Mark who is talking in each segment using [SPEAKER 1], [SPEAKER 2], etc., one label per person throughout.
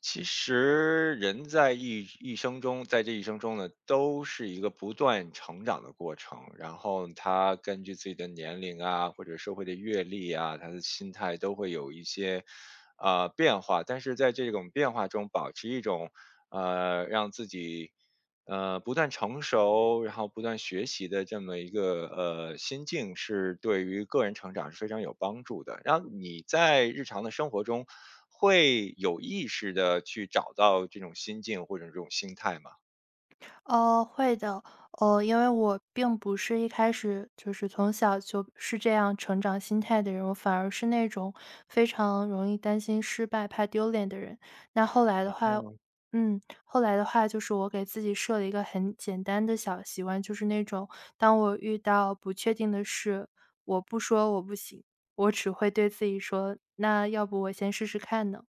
[SPEAKER 1] 其实人在一生中，在这一生中呢，都是一个不断成长的过程。然后他根据自己的年龄啊，或者社会的阅历啊，他的心态都会有一些变化。但是在这种变化中，保持一种让自己不断成熟，然后不断学习的这么一个心境，是对于个人成长是非常有帮助的。然后你在日常的生活中，会有意识的去找到这种心境或者这种心态吗？
[SPEAKER 2] 哦，会的。哦，因为我并不是一开始就是从小就是这样成长心态的人，我反而是那种非常容易担心失败、怕丢脸的人。那后来的话嗯，后来的话就是我给自己设了一个很简单的小习惯，就是那种当我遇到不确定的事，我不说我不行，我只会对自己说："那要不我先试试看呢？"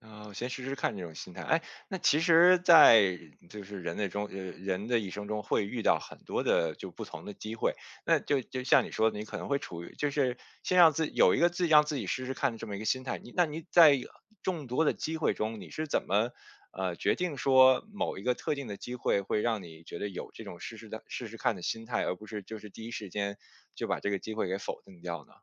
[SPEAKER 1] 哦，先试试看这种心态。哎，那其实在就是人类中，人的一生中会遇到很多的就不同的机会，那就像你说的，你可能会处于就是先让自有一个自己让自己试试看的这么一个心态。那你在众多的机会中，你是怎么决定说某一个特定的机会会让你觉得有这种试试看的心态，而不是就是第一时间就把这个机会给否定掉呢？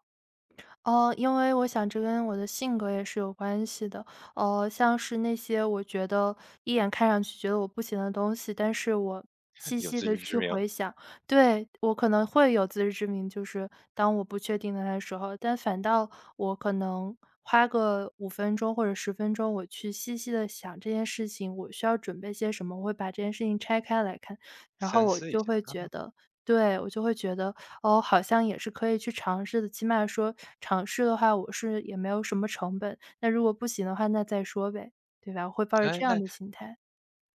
[SPEAKER 2] 哦，因为我想这跟我的性格也是有关系的。像是那些我觉得一眼看上去觉得我不行的东西，但是我 细
[SPEAKER 1] 有
[SPEAKER 2] 细
[SPEAKER 1] 自
[SPEAKER 2] 的
[SPEAKER 1] 知之
[SPEAKER 2] 去
[SPEAKER 1] 明，
[SPEAKER 2] 回想，对，我可能会有自知之明，就是当我不确定的时候，但反倒我可能花个五分钟或者十分钟，我去细细的想这件事情，我需要准备些什么，我会把这件事情拆开来看，然后
[SPEAKER 1] 三
[SPEAKER 2] 我
[SPEAKER 1] 思一
[SPEAKER 2] 就
[SPEAKER 1] 下。
[SPEAKER 2] 会觉得对，我就会觉得哦，好像也是可以去尝试的。起码说尝试的话，我是也没有什么成本，那如果不行的话，那再说呗，对吧？我会抱着
[SPEAKER 1] 哎，
[SPEAKER 2] 这样
[SPEAKER 1] 那
[SPEAKER 2] 的心态。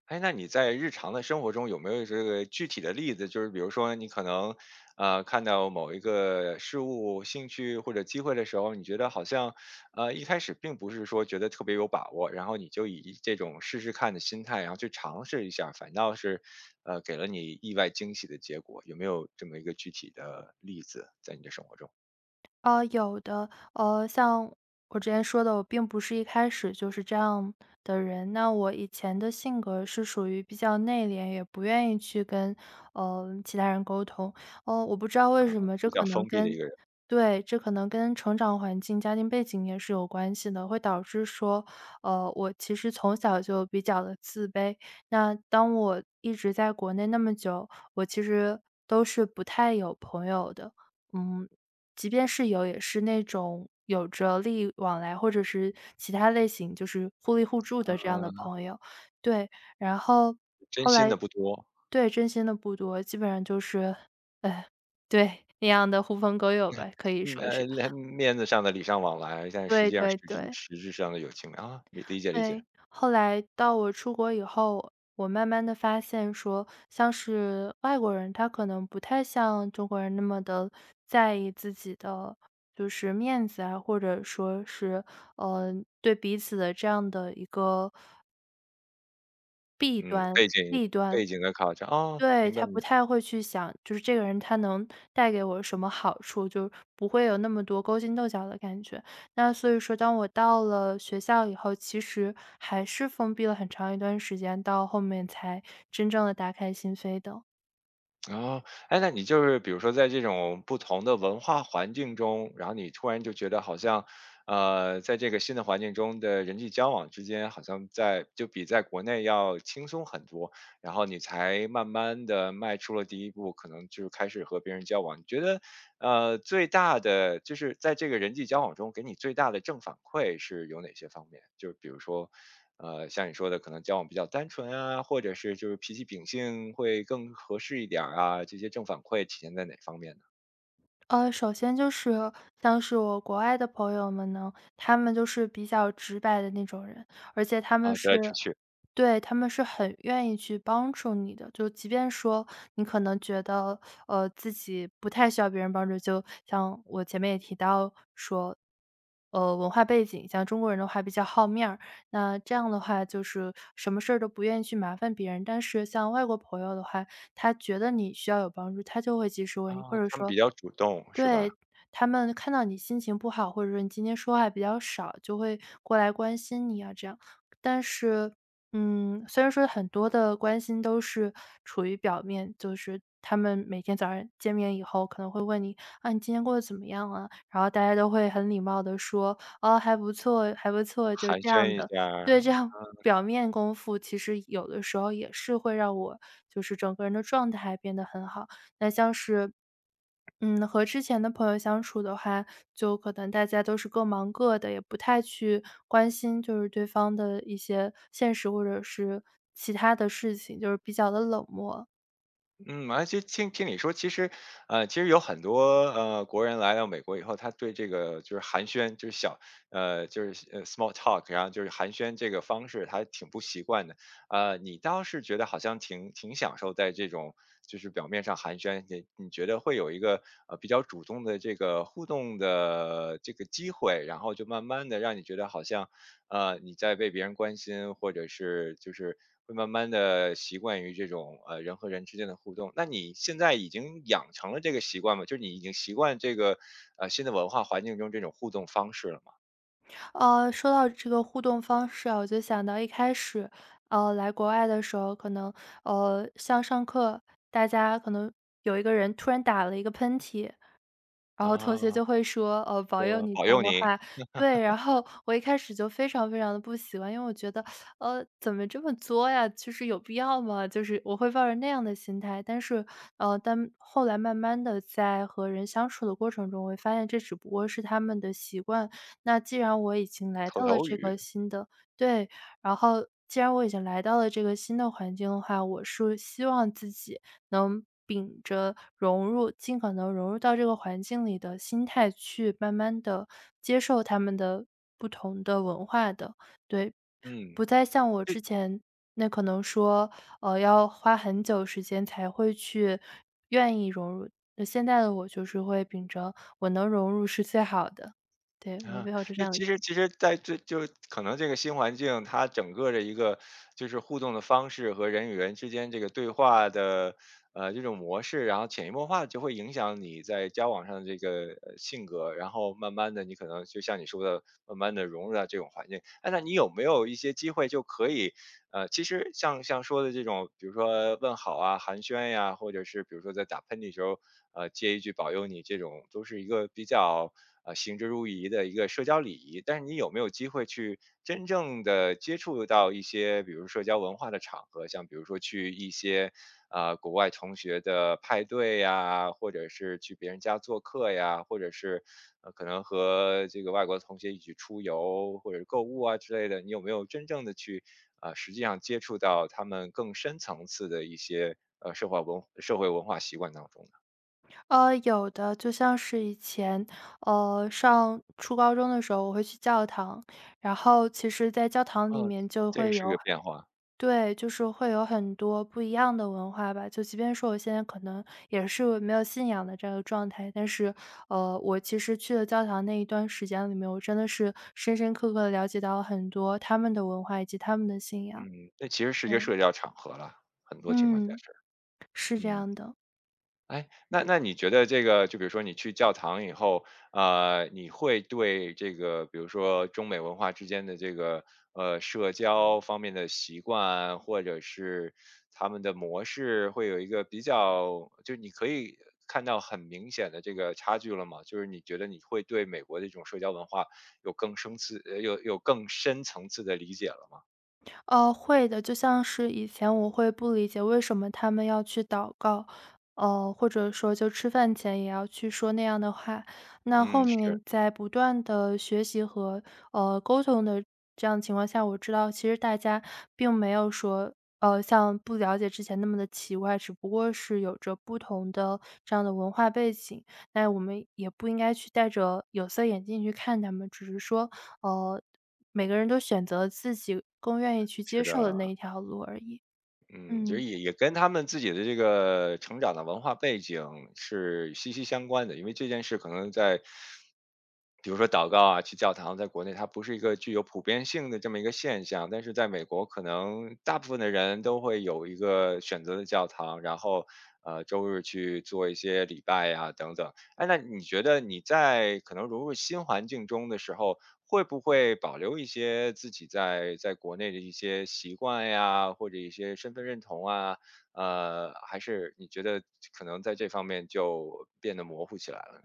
[SPEAKER 1] 哎，那你在日常的生活中有没有这个具体的例子？就是比如说你可能，看到某一个事物、兴趣或者机会的时候，你觉得好像，一开始并不是说觉得特别有把握，然后你就以这种试试看的心态，然后去尝试一下，反倒是，给了你意外惊喜的结果。有没有这么一个具体的例子在你的生活中？
[SPEAKER 2] 有的，像我之前说的，我并不是一开始就是这样的人。那我以前的性格是属于比较内敛，也不愿意去跟其他人沟通。哦，我不知道为什么，这
[SPEAKER 1] 比较
[SPEAKER 2] 可能
[SPEAKER 1] 封闭的一
[SPEAKER 2] 跟
[SPEAKER 1] 个人，
[SPEAKER 2] 对，这可能跟成长环境、家庭背景也是有关系的，会导致说，我其实从小就比较的自卑。那当我一直在国内那么久，我其实都是不太有朋友的。嗯，即便是有，也是那种有着利益往来，或者是其他类型，就是互利互助的这样的
[SPEAKER 1] 嗯、
[SPEAKER 2] 朋友。对，然后
[SPEAKER 1] 真
[SPEAKER 2] 后
[SPEAKER 1] 心
[SPEAKER 2] 来
[SPEAKER 1] 的不多。
[SPEAKER 2] 对，真心的不多，基本上就是，哎，对，那样的狐朋狗友吧，可以
[SPEAKER 1] 嗯，
[SPEAKER 2] 说是。
[SPEAKER 1] 面子上的礼尚往来，但实
[SPEAKER 2] 对
[SPEAKER 1] 际上实
[SPEAKER 2] 对
[SPEAKER 1] 质
[SPEAKER 2] 对。
[SPEAKER 1] 实质上的友情啊，理解理解，
[SPEAKER 2] 对，后来到我出国以后，我慢慢的发现说，像是外国人，他可能不太像中国人那么的在意自己的就是面子啊，或者说是，呃，对彼此的这样的一个弊
[SPEAKER 1] 嗯，背
[SPEAKER 2] 端、
[SPEAKER 1] 景
[SPEAKER 2] 利端。
[SPEAKER 1] 背景的考察啊，白
[SPEAKER 2] 对，
[SPEAKER 1] 明白。
[SPEAKER 2] 他不太会去想，就是这个人他能带给我什么好处，就不会有那么多勾心斗角的感觉。那所以说，当我到了学校以后，其实还是封闭了很长一段时间，到后面才真正的打开心扉的。
[SPEAKER 1] 哦，哎，那你就是比如说在这种不同的文化环境中，然后你突然就觉得好像，在这个新的环境中的人际交往之间，好像在就比在国内要轻松很多，然后你才慢慢的迈出了第一步，可能就是开始和别人交往。你觉得，最大的就是在这个人际交往中给你最大的正反馈是有哪些方面？就是比如说，像你说的，可能交往比较单纯啊，或者是就是脾气秉性会更合适一点儿啊，这些正反馈体现在哪方面呢？
[SPEAKER 2] 首先就是像是我国外的朋友们呢，他们就是比较直白的那种人，而且他们
[SPEAKER 1] 啊，直
[SPEAKER 2] 是
[SPEAKER 1] 来直去，
[SPEAKER 2] 对，他们是很愿意去帮助你的。就即便说你可能觉得，自己不太需要别人帮助，就像我前面也提到说，文化背景，像中国人的话比较好面儿，那这样的话就是什么事儿都不愿意去麻烦别人。但是像外国朋友的话，他觉得你需要有帮助，他就会及时问你，或
[SPEAKER 1] 啊，
[SPEAKER 2] 者
[SPEAKER 1] 他们
[SPEAKER 2] 说
[SPEAKER 1] 比较主动是吧？
[SPEAKER 2] 对，他们看到你心情不好，或者说你今天说话比较少，就会过来关心你啊这样。但是，嗯，虽然说很多的关心都是处于表面，就是他们每天早上见面以后可能会问你："啊，你今天过得怎么样啊？"然后大家都会很礼貌的说："哦，还不错，还不错。"就
[SPEAKER 1] 寒
[SPEAKER 2] 这样
[SPEAKER 1] 暄一
[SPEAKER 2] 的。对，
[SPEAKER 1] 下
[SPEAKER 2] 这样表面功夫其实有的时候也是会让我就是整个人的状态变得很好。那像是嗯，和之前的朋友相处的话，就可能大家都是各忙各的，也不太去关心就是对方的一些现实或者是其他的事情，就是比较的冷漠。
[SPEAKER 1] 嗯，而且听听你说，其实有很多国人来到美国以后，他对这个就是寒暄，就是small talk，然后就是寒暄这个方式，他还挺不习惯的。你倒是觉得好像挺享受在这种就是表面上寒暄，你觉得会有一个比较主动的这个互动的这个机会，然后就慢慢的让你觉得好像你在被别人关心，或者是就是会慢慢的习惯于这种人和人之间的互动。那你现在已经养成了这个习惯吗？就是你已经习惯这个新的文化环境中这种互动方式了吗？
[SPEAKER 2] 说到这个互动方式啊，我就想到一开始，来国外的时候，可能像上课，大家可能有一个人突然打了一个喷嚏，然后同学
[SPEAKER 1] 啊，
[SPEAKER 2] 就会说："保佑
[SPEAKER 1] 说
[SPEAKER 2] 你
[SPEAKER 1] 保
[SPEAKER 2] 这
[SPEAKER 1] 佑
[SPEAKER 2] 样的
[SPEAKER 1] 你
[SPEAKER 2] 话。"对，然后我一开始就非常非常的不喜欢，因为我觉得，怎么这么作呀？就是有必要吗？就是我会抱着那样的心态，但是，但后来慢慢的在和人相处的过程中，我会发现这只不过是他们的习惯。那既然我已经来
[SPEAKER 1] 口
[SPEAKER 2] 到了
[SPEAKER 1] 头
[SPEAKER 2] 这
[SPEAKER 1] 语，
[SPEAKER 2] 个新的对，然后既然我已经来到了这个新的环境的话，我是希望自己能秉着融入尽可能融入到这个环境里的心态去慢慢的接受他们的不同的文化的。对，
[SPEAKER 1] 嗯。
[SPEAKER 2] 不再像我之前那可能说，要花很久时间才会去愿意融入，那现在的我就是会秉着我能融入是最好的，对，我
[SPEAKER 1] 啊，
[SPEAKER 2] 会有着这
[SPEAKER 1] 那
[SPEAKER 2] 样的
[SPEAKER 1] 其实在这就可能这个新环境，它整个的一个就是互动的方式和人与人之间这个对话的这种模式，然后潜移默化地就会影响你在交往上的这个性格，然后慢慢的你可能就像你说的，慢慢的融入到这种环境。哎，那你有没有一些机会就可以其实像说的这种，比如说问好啊、寒暄呀、或者是比如说在打喷嚏时候，接一句保佑你，这种都是一个比较行之如仪的一个社交礼仪。但是你有没有机会去真正的接触到一些，比如社交文化的场合，像比如说去一些啊，国外同学的派对呀，或者是去别人家做客呀，或者是，可能和这个外国同学一起出游或者购物啊之类的，你有没有真正的去，啊？实际上接触到他们更深层次的一些，社会文化习惯当中呢？
[SPEAKER 2] 有的，就像是以前，上初高中的时候，我会去教堂，然后其实，在教堂里
[SPEAKER 1] 哦，
[SPEAKER 2] 面就
[SPEAKER 1] 这个
[SPEAKER 2] 会
[SPEAKER 1] 是个
[SPEAKER 2] 有
[SPEAKER 1] 变化，
[SPEAKER 2] 对，就是会有很多不一样的文化吧。就即便说我现在可能也是没有信仰的这个状态，但是，我其实去了教堂那一段时间里面，我真的是深深刻刻的了解到了很多他们的文化以及他们的信仰。
[SPEAKER 1] 嗯，那其实是一
[SPEAKER 2] 对，
[SPEAKER 1] 个社交场合了，很多情况下
[SPEAKER 2] 嗯，
[SPEAKER 1] 是，
[SPEAKER 2] 是这
[SPEAKER 1] 嗯。
[SPEAKER 2] 样的。
[SPEAKER 1] 哎，那你觉得这个就比如说你去教堂以后，你会对这个比如说中美文化之间的这个，社交方面的习惯，或者是他们的模式会有一个比较就是你可以看到很明显的这个差距了吗？就是你觉得你会对美国的这种社交文化有更深层次的理解了吗？
[SPEAKER 2] 呃，会的。就像是以前我会不理解为什么他们要去祷告，或者说就吃饭前也要去说那样的话。那
[SPEAKER 1] 嗯，
[SPEAKER 2] 后
[SPEAKER 1] 是，
[SPEAKER 2] 面在不断的学习和，沟通的这样情况下，我知道其实大家并没有说，像不了解之前那么的奇怪，只不过是有着不同的这样的文化背景，那我们也不应该去戴着有色眼镜去看他们，只是说呃，每个人都选择自己更愿意去
[SPEAKER 1] 是
[SPEAKER 2] 接受的
[SPEAKER 1] 的。
[SPEAKER 2] 那一条路而已。
[SPEAKER 1] 嗯，就是
[SPEAKER 2] 嗯。
[SPEAKER 1] 也跟他们自己的这个成长的文化背景是息息相关的，因为这件事可能在比如说祷告啊，去教堂，在国内它不是一个具有普遍性的这么一个现象，但是在美国，可能大部分的人都会有一个选择的教堂，然后周日去做一些礼拜呀、等等。哎，那你觉得你在可能融入新环境中的时候，会不会保留一些自己在国内的一些习惯呀，或者一些身份认同啊？还是你觉得可能在这方面就变得模糊起来了呢？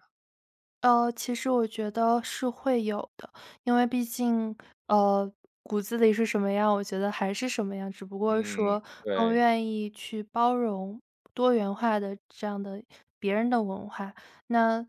[SPEAKER 2] 其实我觉得是会有的，因为毕竟，呃，骨子里是什么样，我觉得还是什么样，只不过
[SPEAKER 1] 嗯，
[SPEAKER 2] 说更
[SPEAKER 1] 对，
[SPEAKER 2] 愿意去包容多元化的这样的别人的文化。那，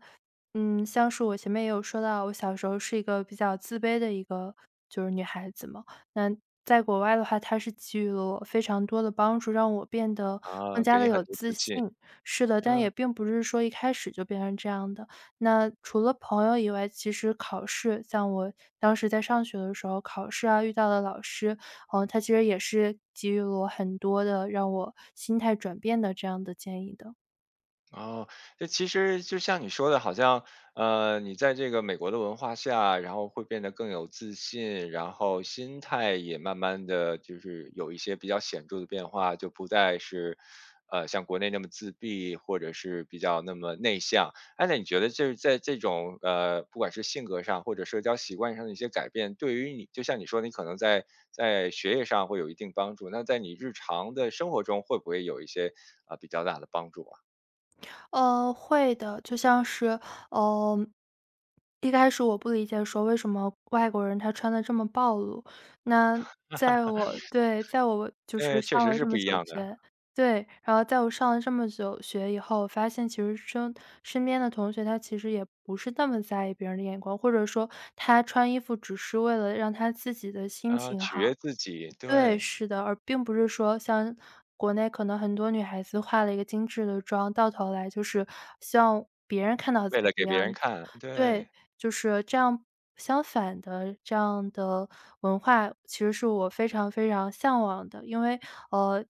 [SPEAKER 2] 嗯，像是我前面也有说到，我小时候是一个比较自卑的一个就是女孩子嘛，那在国外的话，它是给予了我非常多的帮助，让我变得
[SPEAKER 1] 啊，
[SPEAKER 2] 更
[SPEAKER 1] 给
[SPEAKER 2] 加
[SPEAKER 1] 你
[SPEAKER 2] 的
[SPEAKER 1] 很
[SPEAKER 2] 有
[SPEAKER 1] 多
[SPEAKER 2] 自
[SPEAKER 1] 自
[SPEAKER 2] 信。
[SPEAKER 1] 信。
[SPEAKER 2] 是的，但也
[SPEAKER 1] 嗯。
[SPEAKER 2] 并不是说一开始就变成这样的。那除了朋友以外，其实考试，像我当时在上学的时候，考试啊遇到的老师，嗯，他其实也是给予了我很多的让我心态转变的这样的建议的。
[SPEAKER 1] 哦，这其实就像你说的，好像你在这个美国的文化下，然后会变得更有自信，然后心态也慢慢的就是有一些比较显著的变化，就不再是像国内那么自闭，或者是比较那么内向。哎，那你觉得就是在这种不管是性格上或者社交习惯上的一些改变，对于你，就像你说，你可能在学业上会有一定帮助，那在你日常的生活中会不会有一些啊、比较大的帮助啊？
[SPEAKER 2] 会的，就像是，呃，一开始我不理解说为什么外国人他穿的这么暴露，那在我对，在我就
[SPEAKER 1] 对，
[SPEAKER 2] 是
[SPEAKER 1] 确
[SPEAKER 2] 上
[SPEAKER 1] 实
[SPEAKER 2] 了
[SPEAKER 1] 是
[SPEAKER 2] 这
[SPEAKER 1] 不
[SPEAKER 2] 么
[SPEAKER 1] 一
[SPEAKER 2] 久
[SPEAKER 1] 样的。
[SPEAKER 2] 学对，然后在我上了这么久学以后，我发现其实身边的同学，他其实也不是那么在意别人的眼光，或者说他穿衣服只是为了让他自己的心
[SPEAKER 1] 啊，
[SPEAKER 2] 情
[SPEAKER 1] 取
[SPEAKER 2] 好。
[SPEAKER 1] 悦自己，
[SPEAKER 2] 对，
[SPEAKER 1] 对，
[SPEAKER 2] 是的，而并不是说像国内可能很多女孩子化了一个精致的妆，到头来就是希望别人看到自
[SPEAKER 1] 为
[SPEAKER 2] 己
[SPEAKER 1] 了给
[SPEAKER 2] 的
[SPEAKER 1] 别人
[SPEAKER 2] 样子。
[SPEAKER 1] 看，对。
[SPEAKER 2] 对，就是这样相反的这样的文化，其实是我非常非常向往的。因为，呃，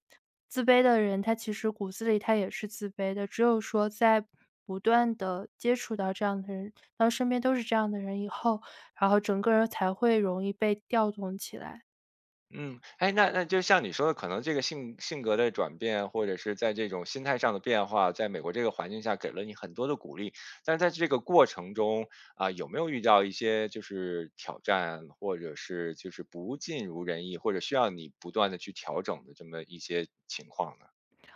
[SPEAKER 2] 自卑的人他其实骨子里他也是自卑的，只有说在不断的接触到这样的人，当身边都是这样的人以后，然后整个人才会容易被调动起来。
[SPEAKER 1] 嗯，哎，那就像你说的，可能这个性格的转变，或者是在这种心态上的变化，在美国这个环境下给了你很多的鼓励。但是在这个过程中，啊，有没有遇到一些就是挑战，或者是就是不尽如人意，或者需要你不断的去调整的这么一些情况呢？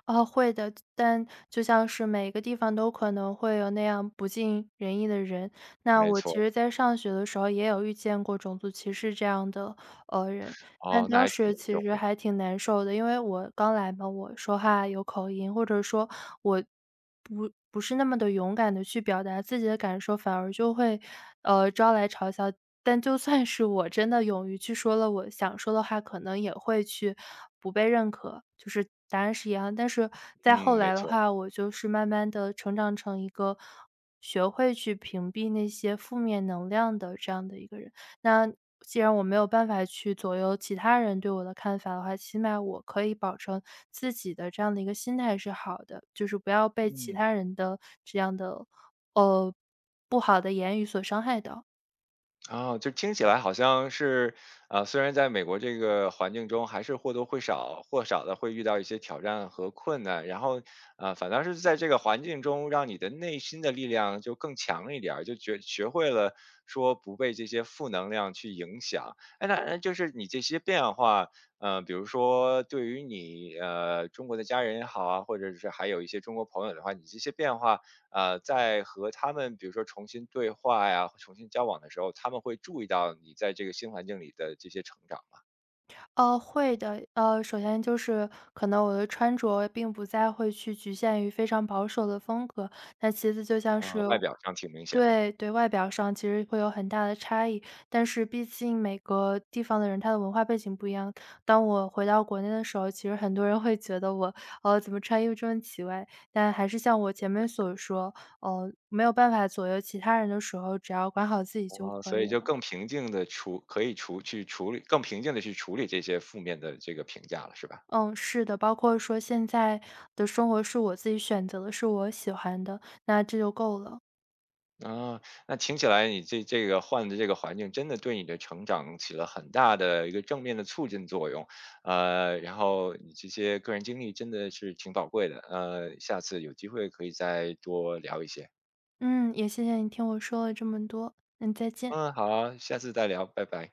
[SPEAKER 2] 哦，会的。但就像是每个地方都可能会有那样不尽人意的人。那
[SPEAKER 1] 没
[SPEAKER 2] 我其
[SPEAKER 1] 错，
[SPEAKER 2] 实在上学的时候也有遇见过种族歧视这样的，人。那
[SPEAKER 1] 哦，那
[SPEAKER 2] 当
[SPEAKER 1] 还挺
[SPEAKER 2] 时
[SPEAKER 1] 严重
[SPEAKER 2] 其实
[SPEAKER 1] 的，
[SPEAKER 2] 还挺难受的，因为我刚来嘛，我说话有口音，或者说我不是那么的勇敢的去表达自己的感受，反而就会，招来嘲笑。但就算是我真的勇于去说了我想说的话，可能也会去不被认可，就是答案是一样。但是再后
[SPEAKER 1] 嗯，没
[SPEAKER 2] 来的
[SPEAKER 1] 错，
[SPEAKER 2] 话，我就是慢慢的成长成一个学会去屏蔽那些负面能量的这样的一个人。那既然我没有办法去左右其他人对我的看法的话，起码我可以保证自己的这样的一个心态是好的，就是不要被其
[SPEAKER 1] 嗯。
[SPEAKER 2] 他人的这样的，呃，不好的言语所伤害到。
[SPEAKER 1] 啊，就听起来好像是，虽然在美国这个环境中，还是或多或少的会遇到一些挑战和困难，然后，反倒是在这个环境中，让你的内心的力量就更强一点儿，就学会了说不被这些负能量去影响。哎，那就是你这些变化，比如说对于你，中国的家人也好啊，或者是还有一些中国朋友的话，你这些变化在和他们比如说重新对话呀，重新交往的时候，他们会注意到你在这个新环境里的这些成长嘛，
[SPEAKER 2] 呃，会的。首先就是可能我的穿着并不再会去局限于非常保守的风格，那其次就像
[SPEAKER 1] 啊，
[SPEAKER 2] 是
[SPEAKER 1] 外表上挺明显的，
[SPEAKER 2] 对对，外表上其实会有很大的差异，但是毕竟每个地方的人，他的文化背景不一样。当我回到国内的时候，其实很多人会觉得我，怎么穿衣服这么奇怪？但还是像我前面所说，没有办法左右其他人的时候，只要管好自己就
[SPEAKER 1] 啊，
[SPEAKER 2] 可
[SPEAKER 1] 所
[SPEAKER 2] 以
[SPEAKER 1] 以就
[SPEAKER 2] 了。
[SPEAKER 1] 更平静的处可以处去处理更平静的去处理这些负面的这个评价了，是吧？
[SPEAKER 2] 嗯，是的，包括说现在的生活是我自己选择的，是我喜欢的，那这就够了。
[SPEAKER 1] 啊，那听起来你这个换的这个环境真的对你的成长起了很大的一个正面的促进作用，然后你这些个人经历真的是挺宝贵的，下次有机会可以再多聊一些。
[SPEAKER 2] 嗯，也谢谢你听我说了这么多，嗯，再见。
[SPEAKER 1] 嗯，好啊，下次再聊，拜拜。